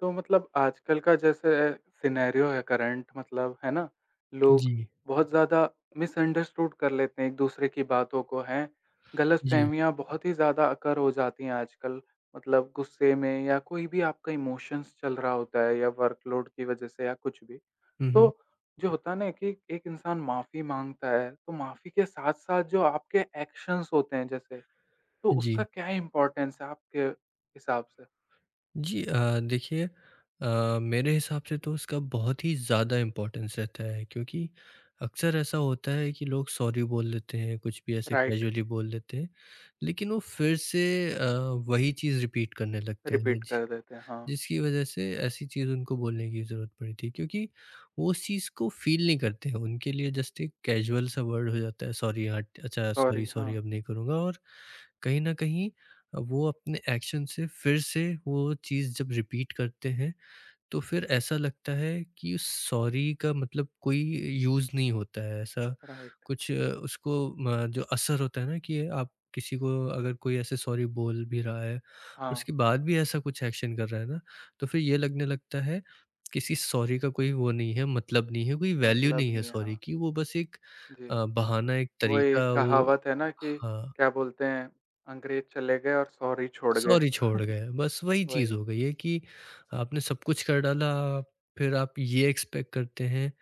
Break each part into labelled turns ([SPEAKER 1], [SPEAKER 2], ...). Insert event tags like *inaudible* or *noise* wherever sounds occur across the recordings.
[SPEAKER 1] तो मतलब आजकल का जैसे सिनेरियो है करंट मतलब है ना, लोग
[SPEAKER 2] जी,
[SPEAKER 1] बहुत ज़्यादा मिसअंडरस्टूड कर लेते हैं एक-दूसरे की बातों को हैं,
[SPEAKER 2] जी।
[SPEAKER 1] गलतफ़हमियाँ बहुत ही ज़्यादा अकर हो जाती हैं आजकल। मतलब गुस्से में या कोई भी आपका इमोशंस चल रहा होता है या वर्कलोड की वज़ह से या कुछ भी।
[SPEAKER 2] हुँ,
[SPEAKER 1] तो
[SPEAKER 2] हुँ।
[SPEAKER 1] जो होता है ना कि एक इंसान माफ़ी माँगता है, तो माफ़ी के साथ-साथ जो आपके एक्शंस होते हैं जैसे, तो
[SPEAKER 2] जी।
[SPEAKER 1] उसका क्या इम्पोर्टेंस है आपके हिसाब से?
[SPEAKER 2] जी देखिए मेरे हिसाब से तो उसका बहुत ही ज़्यादा इम्पोर्टेंस रहता है क्योंकि अक्सर ऐसा होता है कि लोग सॉरी बोल देते हैं, कुछ भी ऐसे
[SPEAKER 1] राइट,
[SPEAKER 2] कैजुअली बोल देते हैं, लेकिन वो फिर से अ, वही चीज़ रिपीट करने लगते हैं।
[SPEAKER 1] रिपीट
[SPEAKER 2] जी।
[SPEAKER 1] कर देते हैं, हाँ।
[SPEAKER 2] जिसकी वजह से ऐसी चीज़ उनको बोलने की ज़रूरत पड़ी थी क्योंकि वो उस चीज़ को फ़ील नहीं करते हैं। उनके लिए जस्ट एक कैजुअल सा वर्ड हो जाता है सॉरी हाँ, अच्छा
[SPEAKER 1] सॉरी,
[SPEAKER 2] सॉरी सॉरी
[SPEAKER 1] हाँ,
[SPEAKER 2] अब नहीं करूँगा और कहीं न कहीं वो अपने एक्शन से फिर से वो चीज़ जब रिपीट करते हैं तो फिर ऐसा लगता है कि सॉरी का मतलब कोई यूज़ नहीं होता है। ऐसा
[SPEAKER 1] राइट,
[SPEAKER 2] कुछ उसको म जो असर होता है ना कि आप किसी को अगर कोई ऐसे सॉरी बोल भी रहा है,
[SPEAKER 1] हाँ,
[SPEAKER 2] उसके बाद भी ऐसा कुछ एक्शन कर रहा है ना, तो फिर ये लगने लगता है किसी सॉरी का कोई वो नहीं है, मतलब नहीं है, कोई वैल्यू
[SPEAKER 1] मतलब
[SPEAKER 2] नहीं है
[SPEAKER 1] नहीं है,
[SPEAKER 2] सॉरी
[SPEAKER 1] हाँ,
[SPEAKER 2] की। वो बस एक
[SPEAKER 1] जी।
[SPEAKER 2] बहाना, एक
[SPEAKER 1] वही
[SPEAKER 2] तरीका वो
[SPEAKER 1] कहावत है ना कि
[SPEAKER 2] हाँ।
[SPEAKER 1] क्या बोलते हैं, अंग्रेज़ चले गए और सॉरी छोड़ गए।
[SPEAKER 2] सॉरी छोड़
[SPEAKER 1] *laughs*
[SPEAKER 2] गए, बस वही चीज़
[SPEAKER 1] वही,
[SPEAKER 2] हो गई है कि आपने सब कुछ कर डाला, फिर आप ये एक्सपेक्ट करते हैं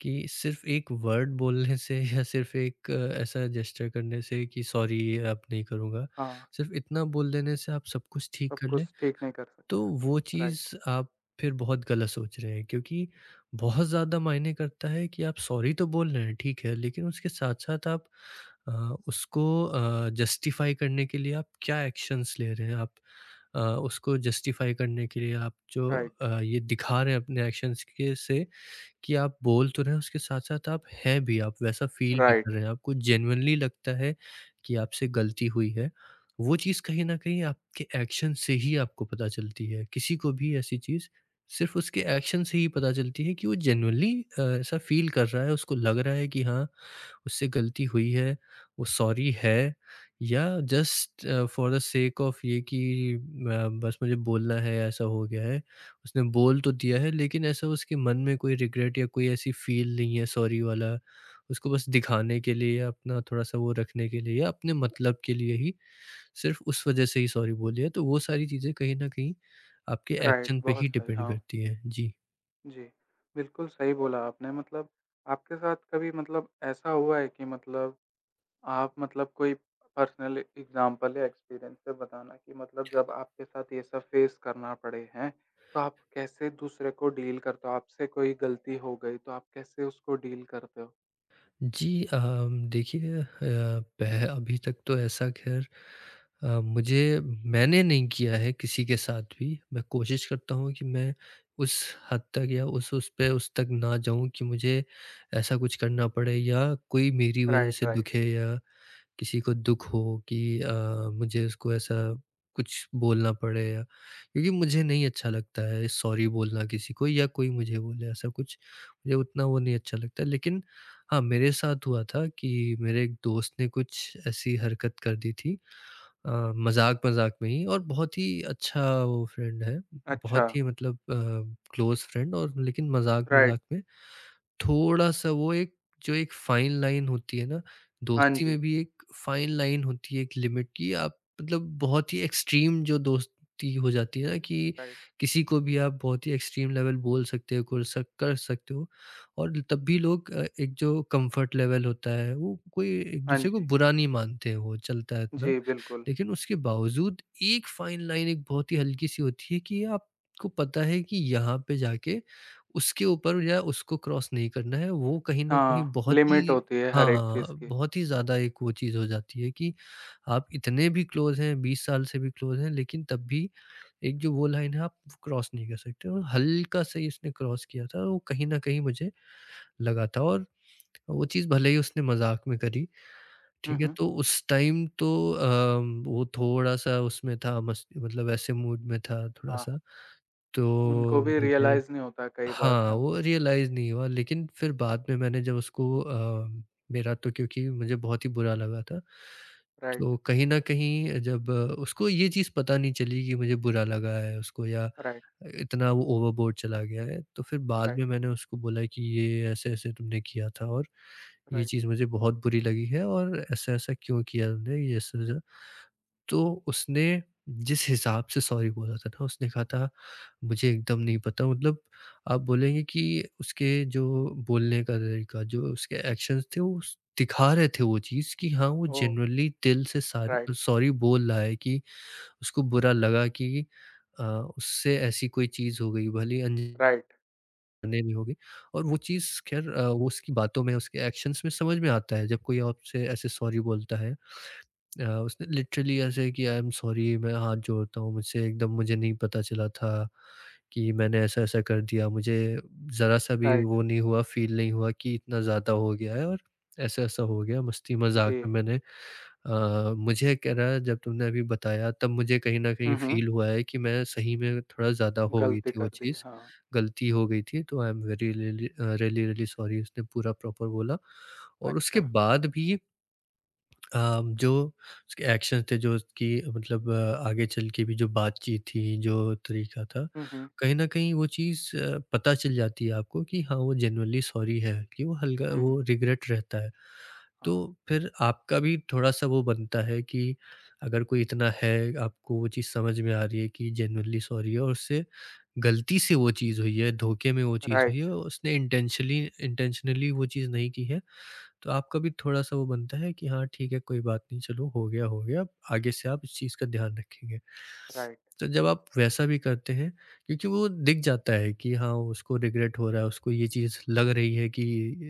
[SPEAKER 2] कि सिर्फ़ एक वर्ड बोलने से *laughs* या सिर्फ़ एक ऐसा जेस्चर करने से कि सॉरी ये अब नहीं करूँगा,
[SPEAKER 1] हाँ,
[SPEAKER 2] सिर्फ़ इतना बोल देने से आप सब कुछ ठीक
[SPEAKER 1] सब
[SPEAKER 2] कर लें।
[SPEAKER 1] कुछ ठीक नहीं कर सकते।
[SPEAKER 2] तो वो चीज़
[SPEAKER 1] राइट,
[SPEAKER 2] आप फिर बहुत गलत सोच रहे हैं क्योंकि बहुत ज़्यादा मायने करता है कि आप सॉरी तो बोल रहे हैं, ठीक है, लेकिन उसके साथ-साथ आप अ, उसको जस्टिफ़ाई करने के लिए आप क्या एक्शंस ले रहे हैं? आप अ, उसको जस्टिफ़ाई करने के लिए आप जो
[SPEAKER 1] राइट,
[SPEAKER 2] ये दिखा रहे हैं अपने एक्शंस के से कि आप बोल तो रहे हैं, उसके साथ-साथ आप हैं भी, आप वैसा फ़ील भी कर
[SPEAKER 1] राइट,
[SPEAKER 2] रहे हैं, आपको जेन्युइनली लगता है कि आपसे गलती हुई है। वो चीज़ कहीं न कहीं आपके एक्शन से ही आपको पता चलती है। किसी को भी ऐसी चीज़ सिर्फ़ उसके एक्शन से ही पता चलती है कि वो जेन्युइनली ऐसा फ़ील कर रहा है, उसको लग रहा है कि हाँ, उससे गलती हुई है, वो सॉरी है या just for the sake of ये कि बस मुझे बोलना है, ऐसा हो गया है। उसने बोल तो दिया है लेकिन ऐसा उसके मन में कोई रिग्रेट या कोई ऐसी फील नहीं है सॉरी वाला। उसको बस दिखाने के लिए या अपना थोड़ा-सा वो रखने के लिए या अपने मतलब के लिए ही सिर्फ़ उस वज़ह से ही सॉरी बोली है। तो वो सारी चीज़ें कहीं न कहीं आपके
[SPEAKER 1] राइट,
[SPEAKER 2] एक्शन पे ही
[SPEAKER 1] बहुत सही,
[SPEAKER 2] डिपेंड
[SPEAKER 1] हाँ,
[SPEAKER 2] करती हैं। जी।
[SPEAKER 1] जी। बिल्कुल सही बोला आपने मतलब आपके साथ कभी मतलब ऐसा हुआ है कि मतलब आप मतलब कोई पर्सनल एग्ज़ाम्पल या एक्सपीरियंस से बताना कि मतलब जब आपके साथ ये सब फेस करना पड़े, हैं? तो आप कैसे दूसरे को डील करते हो? आपसे कोई गलती हो गई तो आप कैसे उसको डील करते हो?
[SPEAKER 2] जी देखिए पह अभी तक तो ऐसा ख़ैर मुझे मैंने नहीं किया है किसी के साथ भी। मैं कोशिश करता हूँ कि मैं उस हद तक या उस पे उस तक ना जाऊँ कि मुझे ऐसा कुछ करना पड़े या कोई मेरी वज़ह
[SPEAKER 1] राइट,
[SPEAKER 2] से
[SPEAKER 1] राइट।
[SPEAKER 2] दुखे या किसी को दुःख हो कि मुझे उसको ऐसा कुछ बोलना पड़े या क्योंकि मुझे नहीं अच्छा लगता है सॉरी बोलना किसी को या कोई मुझे बोले ऐसा कुछ, मुझे उतना वो नहीं अच्छा लगता। लेकिन हाँ, मेरे साथ हुआ था कि मेरे एक दोस्त ने कुछ ऐसी हरकत कर दी थी अ, मज़ाक-मज़ाक में ही और बहुत ही अच्छा वो फ्रेंड है,
[SPEAKER 1] अच्छा,
[SPEAKER 2] बहुत ही मतलब क्लोज़ फ्रेंड और लेकिन
[SPEAKER 1] राइट।
[SPEAKER 2] मज़ाक-मज़ाक में थोड़ा-सा वो एक जो एक फाइन लाइन होती है ना,
[SPEAKER 1] हाँ
[SPEAKER 2] दोस्ती में
[SPEAKER 1] जी।
[SPEAKER 2] भी एक फाइन लाइन होती है एक लिमिट की आप मतलब बहुत ही एक्सट्रीम जो दोस्ती हो जाती है ना कि
[SPEAKER 1] राइट।
[SPEAKER 2] किसी को भी आप बहुत ही एक्सट्रीम लेवल बोल सकते हो, कर सकते हो और तब भी लोग एक जो कम्फर्ट लेवल होता है, वो कोई
[SPEAKER 1] हाँ
[SPEAKER 2] एक-दूसरे को
[SPEAKER 1] जी।
[SPEAKER 2] बुरा नहीं मानते, वो चलता है इतना।
[SPEAKER 1] जी, बिल्कुल।
[SPEAKER 2] लेकिन उसके बावजूद एक फाइन लाइन एक बहुत ही हल्की-सी होती है कि आपको पता है कि यहाँ पे जाके उसके ऊपर या उसको क्रॉस नहीं करना है, वो कहीं न कहीं
[SPEAKER 1] हाँ,
[SPEAKER 2] बहुत
[SPEAKER 1] लिमिट
[SPEAKER 2] ही
[SPEAKER 1] होती है हर एक
[SPEAKER 2] हाँ,
[SPEAKER 1] चीज़ की।
[SPEAKER 2] बहुत ही ज़्यादा एक वो चीज़ हो जाती है कि आप इतने भी क्लोज़ हैं, 20 साल से भी क्लोज़ हैं, लेकिन तब भी एक जो वो लाइन है आप क्रॉस नहीं कर सकते और हल्का-सा ही उसने क्रॉस किया था, वो कहीं न कहीं मुझे लगा था और वो चीज़ भले ही उसने मज़ाक में करी
[SPEAKER 1] हुँ,
[SPEAKER 2] ठीक है,
[SPEAKER 1] हुँ।
[SPEAKER 2] तो उस टाइम तो अ, वो थोड़ा-सा उसमें था मस मतलब ऐसे मूड में था
[SPEAKER 1] हाँ,
[SPEAKER 2] थोड़ा-सा,
[SPEAKER 1] हाँ। उनको
[SPEAKER 2] तो
[SPEAKER 1] भी
[SPEAKER 2] मुझे
[SPEAKER 1] रियलाइज़ नहीं होता कई बार।
[SPEAKER 2] हाँ,
[SPEAKER 1] हाँ,
[SPEAKER 2] वो रियलाइज़ नहीं हुआ लेकिन फिर बाद में मैंने जब उसको मेरा तो क्योंकि मुझे बहुत ही बुरा लगा था।
[SPEAKER 1] राइट,
[SPEAKER 2] तो कहीं न कहीं जब उसको ये चीज़ पता नहीं चली कि मुझे बुरा लगा है उसको या
[SPEAKER 1] राइट,
[SPEAKER 2] इतना वो ओवरबोर्ड चला गया है। तो फिर बाद में
[SPEAKER 1] राइट,
[SPEAKER 2] मैंने उसको बोला कि ये ऐसे-ऐसे तुमने किया था और ये
[SPEAKER 1] राइट।
[SPEAKER 2] चीज़ मुझे बहुत बुरी लगी है और ऐसा-ऐसा क्यों किया तुमने ये ऐसा-ऐसा तो उसने जिस हिसाब से सॉरी बोला था ना, उसने कहा था, "मुझे एकदम नहीं पता।" मतलब आप बोलेंगे कि उसके जो बोलने का तरीका, जो उसके एक्शंस थे, वो स दिखा रहे थे वो चीज़ कि हाँ, वो
[SPEAKER 1] ओह!
[SPEAKER 2] जेनुइनली दिल से सारी
[SPEAKER 1] राइट,
[SPEAKER 2] सॉरी बोल रहा है कि उसको बुरा लगा कि अ, उससे ऐसी कोई चीज़ हो गई, भले ही अनजाने
[SPEAKER 1] राइट,
[SPEAKER 2] में हो गई। और वो चीज़ ख़ैर वो उसकी बातों में, उसके एक्शंस में समझ में आता है, जब कोई आपसे ऐसे सॉरी बोलता है। उसने लिटरली ऐसे किया आई एम सॉरी मैं हाथ जोड़ता हूँ मुझसे एकदम मुझे नहीं पता चला था कि मैंने ऐसा-ऐसा कर दिया। मुझे ज़रा-सा भी
[SPEAKER 1] राइट।
[SPEAKER 2] वो नहीं हुआ फ़ील नहीं हुआ कि इतना ज़्यादा हो गया है और ऐसा-ऐसा हो गया। मस्ती मज़ाक
[SPEAKER 1] जी।
[SPEAKER 2] में मैंने मुझे कह रहा है जब तुमने अभी बताया तब मुझे कहीं न कहीं
[SPEAKER 1] हुँ, हुँ।
[SPEAKER 2] फ़ील हुआ है कि मैं सही में थोड़ा ज़्यादा हो गई
[SPEAKER 1] गलती
[SPEAKER 2] थी वो
[SPEAKER 1] कर दी,
[SPEAKER 2] चीज़,
[SPEAKER 1] हाँ,
[SPEAKER 2] गलती हो गई थी तो I am very really really really sorry उसने पूरा प्रॉपर बोला। और उसके
[SPEAKER 1] अच्छा।
[SPEAKER 2] बाद भी जो उसके एक्शन थे, जो उसकी मतलब आगे चल के भी जो बातचीत थी, जो तरीका था,
[SPEAKER 1] हुँ, हुँ,
[SPEAKER 2] कहीं न कहीं वो चीज़ पता चल जाती है आपको कि हाँ, वो जेनुइनली सॉरी है, कि वो हल्का
[SPEAKER 1] हुँ,
[SPEAKER 2] वो
[SPEAKER 1] हुँ,
[SPEAKER 2] रिग्रेट रहता है। तो
[SPEAKER 1] हाँ,
[SPEAKER 2] फिर आपका भी थोड़ा-सा वो बनता है कि अगर कोई इतना है, आपको वो चीज़ समझ में आ रही है कि जेनुइनली सॉरी है और उससे गलती से वो चीज़ हुई है, धोखे में वो चीज़ हुई है,
[SPEAKER 1] राइट,
[SPEAKER 2] उसने इंटेंशली इंटेंशनली वो चीज़ नहीं की है। तो आपका भी थोड़ा-सा वो बनता है कि हाँ, ठीक है, कोई बात नहीं, चलो हो गया, अब आगे से आप इस चीज़ का ध्यान रखेंगे।
[SPEAKER 1] राइट।
[SPEAKER 2] तो जब आप वैसा भी करते हैं क्योंकि वो दिख जाता है कि हाँ, उसको रिग्रेट हो रहा है, उसको ये चीज़ लग रही है कि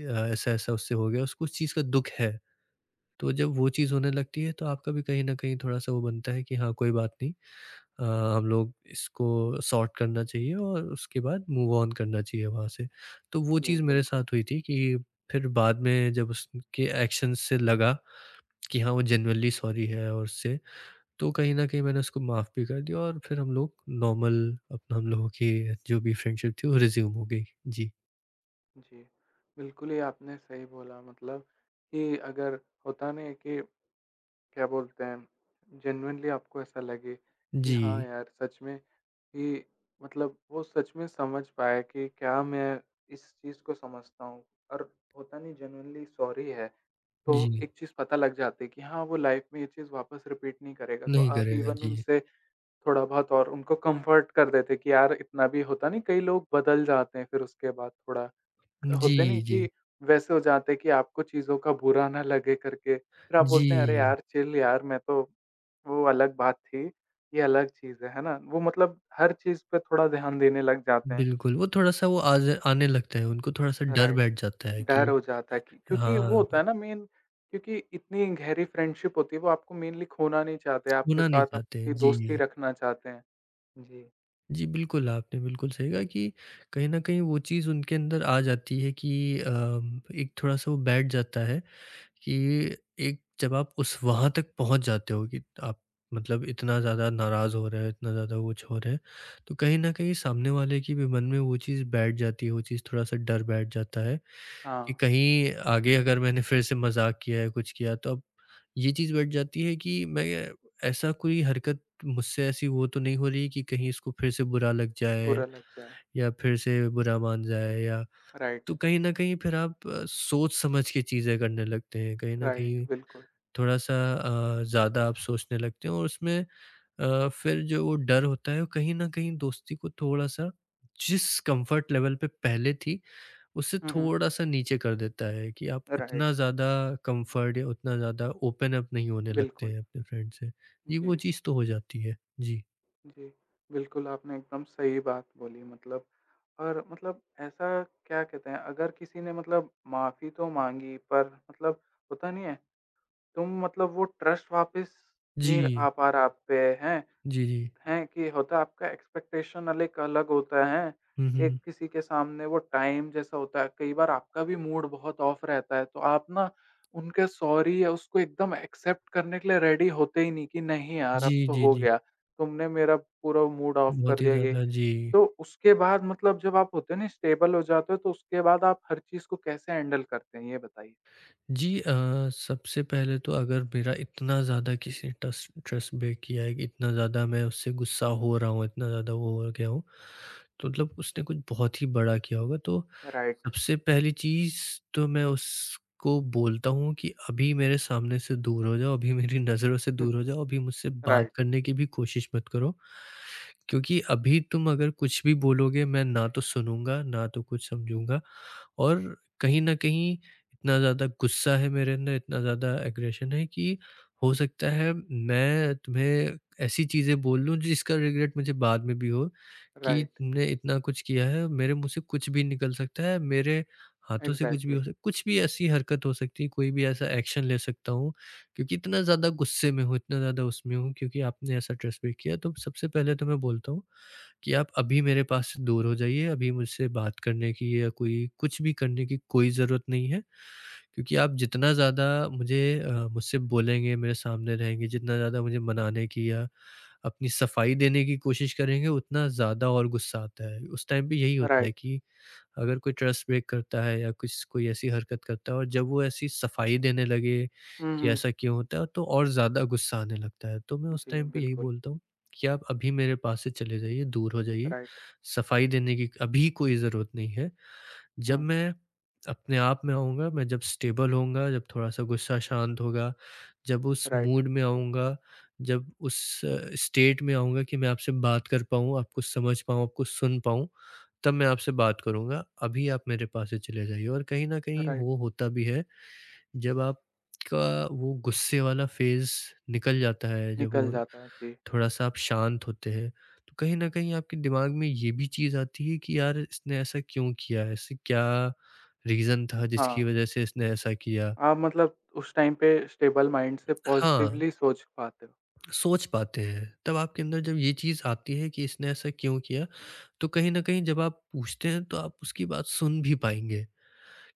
[SPEAKER 2] ऐसा-ऐसा उससे हो गया, उसको उस चीज़ का दुःख है। तो जब वो चीज़ होने लगती है, तो आपका भी कहीं न कहीं थोड़ा-सा वो बनता है कि हाँ, कोई बात नहीं। अ, हम लोग इसको सॉर्ट करना चाहिए और उसके बाद मूव ऑन करना चाहिए वहाँ से। तो वो
[SPEAKER 1] जी,
[SPEAKER 2] चीज़ मेरे
[SPEAKER 1] बिल्कुल,
[SPEAKER 2] साथ हुई थी कि फिर बाद में जब उसके एक्शंस से लगा कि हाँ, वो जेन्युइनली सॉरी है और उससे तो कहीं न कहीं मैंने उसको माफ़ भी कर दिया और फिर हम लोग नॉर्मल अपना हम लोगों की जो भी फ्रेंडशिप थी वो रिज़्यूम हो गई। जी।
[SPEAKER 1] जी। बिल्कुल ही आपने सही बोला मतलब कि अगर होता नहीं है कि क्या बोलते हैं, जेनुइनली आपको ऐसा लगे कि हाँ
[SPEAKER 2] जी।
[SPEAKER 1] यार, सच में कि मतलब वो सच में समझ पाए कि क्या मैं इस चीज़ को समझता हूँ और होता नहीं जेनुइनली सॉरी है, तो
[SPEAKER 2] जी।
[SPEAKER 1] एक चीज़ पता लग जाती है कि हाँ, वो लाइफ़ में ये चीज़ वापस रिपीट नहीं करेगा, तो
[SPEAKER 2] नहीं
[SPEAKER 1] आप
[SPEAKER 2] करेगा,
[SPEAKER 1] इवन
[SPEAKER 2] जी।
[SPEAKER 1] उनसे थोड़ा बहुत और उनको कम्फर्ट कर देते कि यार इतना भी होता नहीं कई लोग बदल जाते हैं फिर उसके बाद थोड़ा।
[SPEAKER 2] जी,
[SPEAKER 1] होते नहीं
[SPEAKER 2] जी।
[SPEAKER 1] कि वैसे हो जाते हैं कि आपको चीज़ों का बुरा ना लगे करके। फिर आप बोलते हैं अरे
[SPEAKER 2] जी।
[SPEAKER 1] यार चिल यार मैं तो वो अलग बात थी, ये अलग चीज़ है ना? वो मतलब हर चीज़ पे थोड़ा ध्यान देने लग जाते हैं।
[SPEAKER 2] बिल्कुल, वो थोड़ा-सा वो आज आने लगता है, उनको थोड़ा-सा डर
[SPEAKER 1] राइट,
[SPEAKER 2] बैठ जाता है
[SPEAKER 1] डर
[SPEAKER 2] कि
[SPEAKER 1] हो जाता है कि क्योंकि वो होता
[SPEAKER 2] हाँ।
[SPEAKER 1] है ना मेन क्योंकि इतनी गहरी फ्रेंडशिप होती है वो आपको मेनली खोना नहीं चाहते, आपके
[SPEAKER 2] खोना नहीं
[SPEAKER 1] साथ
[SPEAKER 2] चाहते हैं।
[SPEAKER 1] आपकी दोस्ती
[SPEAKER 2] जी।
[SPEAKER 1] रखना चाहते हैं। जी।
[SPEAKER 2] जी, बिल्कुल, आपने बिल्कुल सही कहा कि कहीं न कहीं वो चीज़ उनके अंदर आ जाती है कि एक थोड़ा-सा वो बैठ जाता है कि एक जब आप उस वहाँ तक पहुँच जाते हो कि आप मतलब इतना ज़्यादा नाराज़ हो रहे हैं, इतना ज़्यादा कुछ हो रहे हैं, तो कहीं न कहीं सामने वाले के भी मन में वो चीज़ बैठ जाती है, वो चीज़ थोड़ा-सा डर बैठ जाता है कि
[SPEAKER 1] हाँ,
[SPEAKER 2] कहीं आगे अगर मैंने फिर से मज़ाक किया है, कुछ किया तो अब ये चीज़ बैठ जाती है कि मैं ऐसा कोई हरकत मुझसे ऐसी वो तो नहीं हो रही कि कहीं इसको फिर से बुरा लग जाए
[SPEAKER 1] बुरा लग जाए।
[SPEAKER 2] या फिर से बुरा मान जाए या
[SPEAKER 1] राइट,
[SPEAKER 2] तो कहीं न कहीं फिर आप सोच समझ के चीज़ें करने लगते हैं। कहीं न
[SPEAKER 1] राइट,
[SPEAKER 2] कहीं
[SPEAKER 1] बिल्कुल।
[SPEAKER 2] थोड़ा-सा ज़्यादा आप सोचने लगते हैं और उसमें फिर जो वो डर होता है, वो कहीं न कहीं दोस्ती को थोड़ा-सा जिस कम्फ़र्ट लेवल पे पहले थी उससे
[SPEAKER 1] हुँ, हुँ।
[SPEAKER 2] थोड़ा-सा नीचे कर देता है कि आप
[SPEAKER 1] राइट,
[SPEAKER 2] उतना ज़्यादा कम्फर्ट या उतना ज़्यादा ओपन अप नहीं होने लगते
[SPEAKER 1] बिल्कुल।
[SPEAKER 2] हैं अपने फ्रेंड से। ये
[SPEAKER 1] जी,
[SPEAKER 2] वो चीज़ तो हो जाती है। जी।
[SPEAKER 1] जी। बिल्कुल, आपने एकदम सही बात बोली मतलब और मतलब ऐसा क्या कहते हैं अगर किसी ने मतलब माफ़ी तो माँगी पर मतलब होता नहीं है तुम मतलब वो ट्रस्ट वापस नहीं
[SPEAKER 2] जी।
[SPEAKER 1] आ पा रहा आप पे, हैं?
[SPEAKER 2] जी, जी।
[SPEAKER 1] हैं कि होता है आपका एक्सपेक्टेशन अल एक अलग होता है,
[SPEAKER 2] हुँ,
[SPEAKER 1] एक
[SPEAKER 2] हुँ।
[SPEAKER 1] किसी के सामने वो टाइम जैसा होता है। कई बार आपका भी मूड बहुत ऑफ रहता है, तो आप ना उनके सॉरी या उसको एकदम एक्सेप्ट करने के लिए रेडी होते ही नहीं कि नहीं यार अब
[SPEAKER 2] जी,
[SPEAKER 1] तो
[SPEAKER 2] जी,
[SPEAKER 1] हो
[SPEAKER 2] जी।
[SPEAKER 1] गया, तुमने मेरा पूरा मूड ऑफ
[SPEAKER 2] बहुत
[SPEAKER 1] कर
[SPEAKER 2] ही
[SPEAKER 1] दिया ये।
[SPEAKER 2] ज़्यादा जी।
[SPEAKER 1] तो उसके बाद मतलब जब आप होते हैं ना स्टेबल हो जाते हो तो उसके बाद आप हर चीज़ को कैसे हैंडल करते हैं ये बताइए?
[SPEAKER 2] जी सबसे पहले तो अगर मेरा इतना ज़्यादा किसी ट्रस्ट ट्रस्ट ब्रेक किया है कि इतना ज़्यादा मैं उससे गुस्सा हो रहा हूँ, इतना ज़्यादा वो हो गया हूँ, तो मतलब उसने कुछ बहुत ही बड़ा किया होगा। तो
[SPEAKER 1] राइट,
[SPEAKER 2] सबसे पहली चीज़ तो मैं उसको बोलता हूँ कि अभी मेरे सामने से दूर हो जाओ, अभी मेरी नज़रों से दूर
[SPEAKER 1] *laughs*
[SPEAKER 2] हो जाओ, अभी मुझसे बात
[SPEAKER 1] राइट,
[SPEAKER 2] करने की भी कोशिश मत करो। क्योंकि अभी तुम अगर कुछ भी बोलोगे, मैं ना तो सुनूँगा, ना तो कुछ समझूँगा। और कहीं न कहीं इतना ज़्यादा गुस्सा है मेरे अंदर, इतना ज़्यादा एग्रेशन है कि हो सकता है मैं तुम्हें ऐसी चीज़ें बोल दूँ जिसका रिग्रेट मुझे बाद में भी हो, कि
[SPEAKER 1] राइट,
[SPEAKER 2] तुमने इतना कुछ किया है, मेरे मुँह से कुछ भी निकल सकता है, मेरे हाथों से कुछ भी
[SPEAKER 1] एग्ज़ैक्टली,
[SPEAKER 2] हो सक कुछ भी ऐसी हरकत हो सकती है, कोई भी ऐसा एक्शन ले सकता हूँ, क्योंकि इतना ज़्यादा गुस्से में हूँ, इतना ज़्यादा उसमें हूँ क्योंकि आपने ऐसा ट्रेसबिहेव किया। तो सबसे पहले तो मैं बोलता हूँ कि आप अभी मेरे पास से दूर हो जाइए, अभी मुझसे बात करने की या कोई कुछ भी करने की कोई ज़रूरत नहीं है। क्योंकि आप जितना ज़्यादा मुझसे बोलेंगे, मेरे सामने रहेंगे, जितना ज़्यादा मुझे मनाने की या अपनी सफाई देने की कोशिश करेंगे, उतना ज़्यादा और गुस्सा आता है। उस टाइम पे यही होता है
[SPEAKER 1] राइट।
[SPEAKER 2] कि अगर कोई ट्रस्ट ब्रेक करता है या कुछ कोई ऐसी हरकत करता है और जब वो ऐसी सफाई देने लगे
[SPEAKER 1] हुँ,
[SPEAKER 2] कि
[SPEAKER 1] हुँ।
[SPEAKER 2] ऐसा क्यों होता है, तो और ज़्यादा गुस्सा आने लगता है। तो मैं उस
[SPEAKER 1] जी,
[SPEAKER 2] टाइम पे यही
[SPEAKER 1] बिल्कुल,
[SPEAKER 2] बोलता हूँ कि आप अभी मेरे पास से चले जाइए, दूर हो जाइए।
[SPEAKER 1] राइट।
[SPEAKER 2] सफाई देने की अभी कोई ज़रूरत नहीं है। जब
[SPEAKER 1] हुँ।
[SPEAKER 2] मैं अपने आप में आऊँगा, मैं जब स्टेबल होऊँगा, जब थोड़ा-सा गुस्सा शांत होगा, जब उस
[SPEAKER 1] राइट,
[SPEAKER 2] मूड में आऊँगा, जब उस स्टेट में आऊँगा कि मैं आपसे बात कर पाऊँ, आपको समझ पाऊँ, आपको सुन पाऊँ, तब मैं आपसे बात करूँगा। अभी आप मेरे पास से चले जाइए। और कहीं न कहीं
[SPEAKER 1] राइट,
[SPEAKER 2] वो होता भी है, जब आपका वो गुस्से वाला फ़ेज़ निकल जाता है, जब
[SPEAKER 1] निकल
[SPEAKER 2] वो
[SPEAKER 1] जाता है, जी।
[SPEAKER 2] थोड़ा-सा आप शांत होते हैं, तो कहीं न कहीं आपके दिमाग में ये भी चीज़ आती है कि यार इसने ऐसा क्यों किया? ऐसे क्या रीज़न था जिसकी
[SPEAKER 1] हाँ,
[SPEAKER 2] वज़ह से इसने ऐसा किया?
[SPEAKER 1] आप मतलब उस टाइम पे स्टेबल माइंड से
[SPEAKER 2] हाँ,
[SPEAKER 1] पॉज़िटिवली सोच पाते हो।
[SPEAKER 2] सोच पाते हैं। तब आपके अंदर जब ये चीज़ आती है कि इसने ऐसा क्यों किया, तो कहीं न कहीं जब आप पूछते हैं तो आप उसकी बात सुन भी पाएँगे।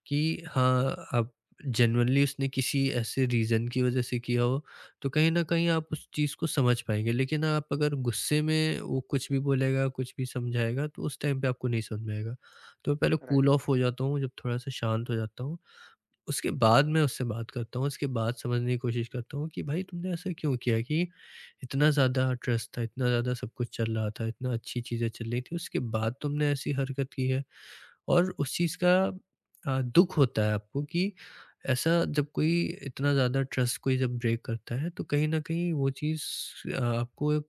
[SPEAKER 2] कि हाँ, आप जेनुइनली उसने किसी ऐसे रीज़न की वज़ह से किया हो, तो कहीं न कहीं आप उस चीज़ को समझ पाएँगे। लेकिन आप अगर गुस्से में वो कुछ भी बोलेगा, कुछ भी समझाएगा, तो उस टाइम पे आपको नहीं समझ में आएगा। तो मैं पहले कूल
[SPEAKER 1] राइट,
[SPEAKER 2] ऑफ हो जाता हूँ, जब थोड़ा-सा शांत हो जाता हूँ, उसके बाद मैं उससे बात करता हूँ, उसके बाद समझने की कोशिश करता हूँ कि भाई तुमने ऐसा क्यों किया, कि इतना ज़्यादा ट्रस्ट था, इतना ज़्यादा सब कुछ चल रहा था, इतना अच्छी चीज़ें चल रही थी, उसके बाद तुमने ऐसी हरकत की है। और उस चीज़ का दुःख होता है आपको, कि ऐसा जब कोई इतना ज़्यादा ट्रस्ट कोई जब ब्रेक करता है, तो कहीं न कहीं वो चीज़ आपको एक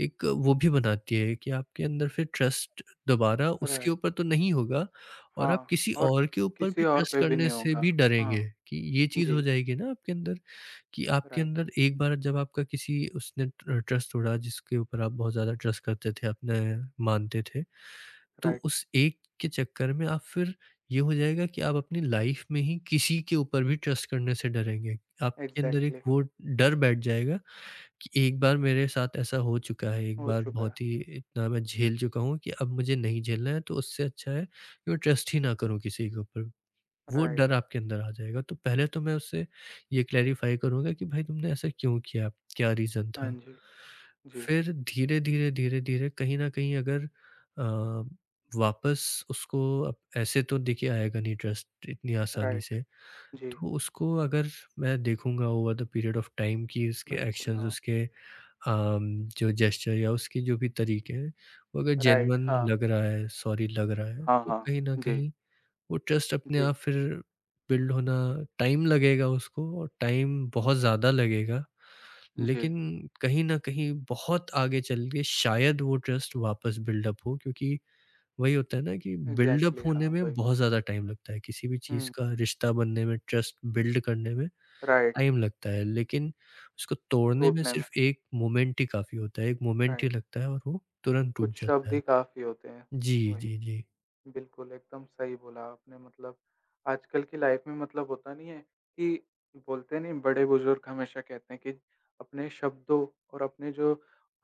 [SPEAKER 2] एक वो भी बनाती है कि आपके अंदर फिर ट्रस्ट दोबारा उसके
[SPEAKER 1] राइट,
[SPEAKER 2] ऊपर तो नहीं होगा, और
[SPEAKER 1] हाँ
[SPEAKER 2] आप किसी
[SPEAKER 1] और
[SPEAKER 2] और के ऊपर भी
[SPEAKER 1] किसी और
[SPEAKER 2] ट्रस्ट
[SPEAKER 1] पे भी
[SPEAKER 2] करने
[SPEAKER 1] नहीं
[SPEAKER 2] से
[SPEAKER 1] होगा।
[SPEAKER 2] भी डरेंगे,
[SPEAKER 1] हाँ,
[SPEAKER 2] कि ये चीज़ हो
[SPEAKER 1] जी,
[SPEAKER 2] जाएगी ना आपके अंदर। कि आपके
[SPEAKER 1] राइट,
[SPEAKER 2] अंदर एक बार जब आपका किसी उसने ट्र ट्रस्ट तोड़ा जिसके ऊपर आप बहुत ज़्यादा ट्रस्ट करते थे, अपने मानते थे, तो
[SPEAKER 1] राइट,
[SPEAKER 2] उस एक के चक्कर में आप फिर ये हो जाएगा कि आप अपनी लाइफ़ में ही किसी के ऊपर भी ट्रस्ट करने से डरेंगे। आपके अंदर एक
[SPEAKER 1] एग्ज़ैक्टली
[SPEAKER 2] वो डर बैठ जाएगा कि एक बार मेरे साथ ऐसा हो चुका है, एक
[SPEAKER 1] हो
[SPEAKER 2] बार
[SPEAKER 1] चुका है।
[SPEAKER 2] बहुत ही इतना मैं झेल चुका हूँ कि अब मुझे नहीं झेलना है, तो उससे अच्छा है कि मैं ट्रस्ट ही ना करूँ किसी के ऊपर। वो डर
[SPEAKER 1] राइट,
[SPEAKER 2] आपके अंदर आ जाएगा। तो पहले तो मैं उससे ये क्लैरिफ़ाई करूँगा कि भाई तुमने ऐसा क्यों किया? क्या रीज़न
[SPEAKER 1] हाँ
[SPEAKER 2] था?
[SPEAKER 1] जी, जी,
[SPEAKER 2] फिर धीरे-धीरे, धीरे-धीरे कहीं न कहीं अगर अ, वापस उसको अब ऐसे तो देखिए आएगा नहीं ट्रस्ट इतनी आसानी
[SPEAKER 1] राइट,
[SPEAKER 2] से।
[SPEAKER 1] जी,
[SPEAKER 2] तो उसको अगर मैं देखूँगा over the period of time कि उसके
[SPEAKER 1] बिल्कुल,
[SPEAKER 2] एक्शंस,
[SPEAKER 1] हाँ,
[SPEAKER 2] उसके अम, जो जेस्चर या उसके जो भी तरीके हैं, वो अगर
[SPEAKER 1] राइट,
[SPEAKER 2] जेन्युइन
[SPEAKER 1] हाँ,
[SPEAKER 2] लग रहा है, सॉरी लग रहा है,
[SPEAKER 1] हाँ,
[SPEAKER 2] तो
[SPEAKER 1] हाँ,
[SPEAKER 2] कहीं न
[SPEAKER 1] जी,
[SPEAKER 2] कहीं वो ट्रस्ट अपने
[SPEAKER 1] जी,
[SPEAKER 2] आप फिर बिल्ड होना, टाइम लगेगा उसको, और टाइम बहुत ज़्यादा लगेगा।
[SPEAKER 1] जी,
[SPEAKER 2] लेकिन कहीं न कहीं बहुत आगे चल के शायद वो ट्रस्ट वापस बिल्डअप हो, क्योंकि वही होता है ना कि बिल्डअप
[SPEAKER 1] एग्ज़ैक्टली
[SPEAKER 2] होने
[SPEAKER 1] हाँ,
[SPEAKER 2] में
[SPEAKER 1] वही।
[SPEAKER 2] बहुत ज़्यादा टाइम लगता है। किसी भी चीज़
[SPEAKER 1] हुँ,
[SPEAKER 2] का रिश्ता बनने में, ट्रस्ट बिल्ड करने में
[SPEAKER 1] राइट,
[SPEAKER 2] टाइम लगता है। लेकिन उसको तोड़ने में
[SPEAKER 1] टूटने में,
[SPEAKER 2] सिर्फ़ एक मोमेंट ही काफ़ी होता है। एक मोमेंट ही
[SPEAKER 1] राइट,
[SPEAKER 2] लगता है और वो तुरंत
[SPEAKER 1] कुछ
[SPEAKER 2] टूट जाता
[SPEAKER 1] शब्द
[SPEAKER 2] है।
[SPEAKER 1] ही काफ़ी होते हैं,
[SPEAKER 2] जी,
[SPEAKER 1] वही।
[SPEAKER 2] जी, जी।
[SPEAKER 1] बिल्कुल, एकदम सही बोला आपने मतलब आजकल की लाइफ़ में मतलब होता नहीं है कि बोलते नहीं बड़े-बुज़ुर्ग हमेशा कहते हैं कि अपने शब्दों और अपने जो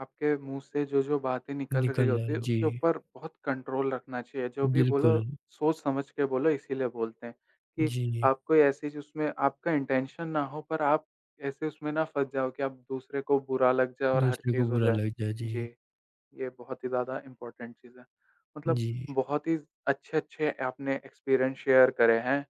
[SPEAKER 1] आपके मुँह से जो-जो बातें निकल रही
[SPEAKER 2] निकलना
[SPEAKER 1] होती है,
[SPEAKER 2] जी,
[SPEAKER 1] उसके ऊपर बहुत कंट्रोल रखना चाहिए। जो भी बोलो,
[SPEAKER 2] बिल्कुल।
[SPEAKER 1] सोच-समझ के बोलो इसीलिए बोलते हैं कि
[SPEAKER 2] जी।
[SPEAKER 1] आप कोई ऐसी जिसमें आपका इंटेंशन ना हो पर आप ऐसे उसमें ना फँस जाओ कि आप दूसरे को बुरा लग जाए और हर
[SPEAKER 2] दूसरे को
[SPEAKER 1] चीज़ हो
[SPEAKER 2] बुरा
[SPEAKER 1] जाए।
[SPEAKER 2] लग जाए। जी।
[SPEAKER 1] जी। ये बहुत ही ज़्यादा इम्पोर्टेंट चीज़ है। मतलब
[SPEAKER 2] जी।
[SPEAKER 1] बहुत ही अच्छे-अच्छे आपने एक्सपीरियंस शेयर करे हैं।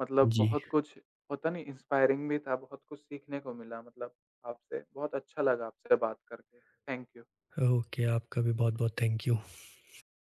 [SPEAKER 1] मतलब
[SPEAKER 2] जी।
[SPEAKER 1] बहुत कुछ होता नहीं इंस्पायरिंग भी था, बहुत कुछ सीखने को मिला मतलब आपसे। बहुत अच्छा लगा आपसे बात करके। Thank you.
[SPEAKER 2] ओके, आपका भी बहुत-बहुत थैंक यू।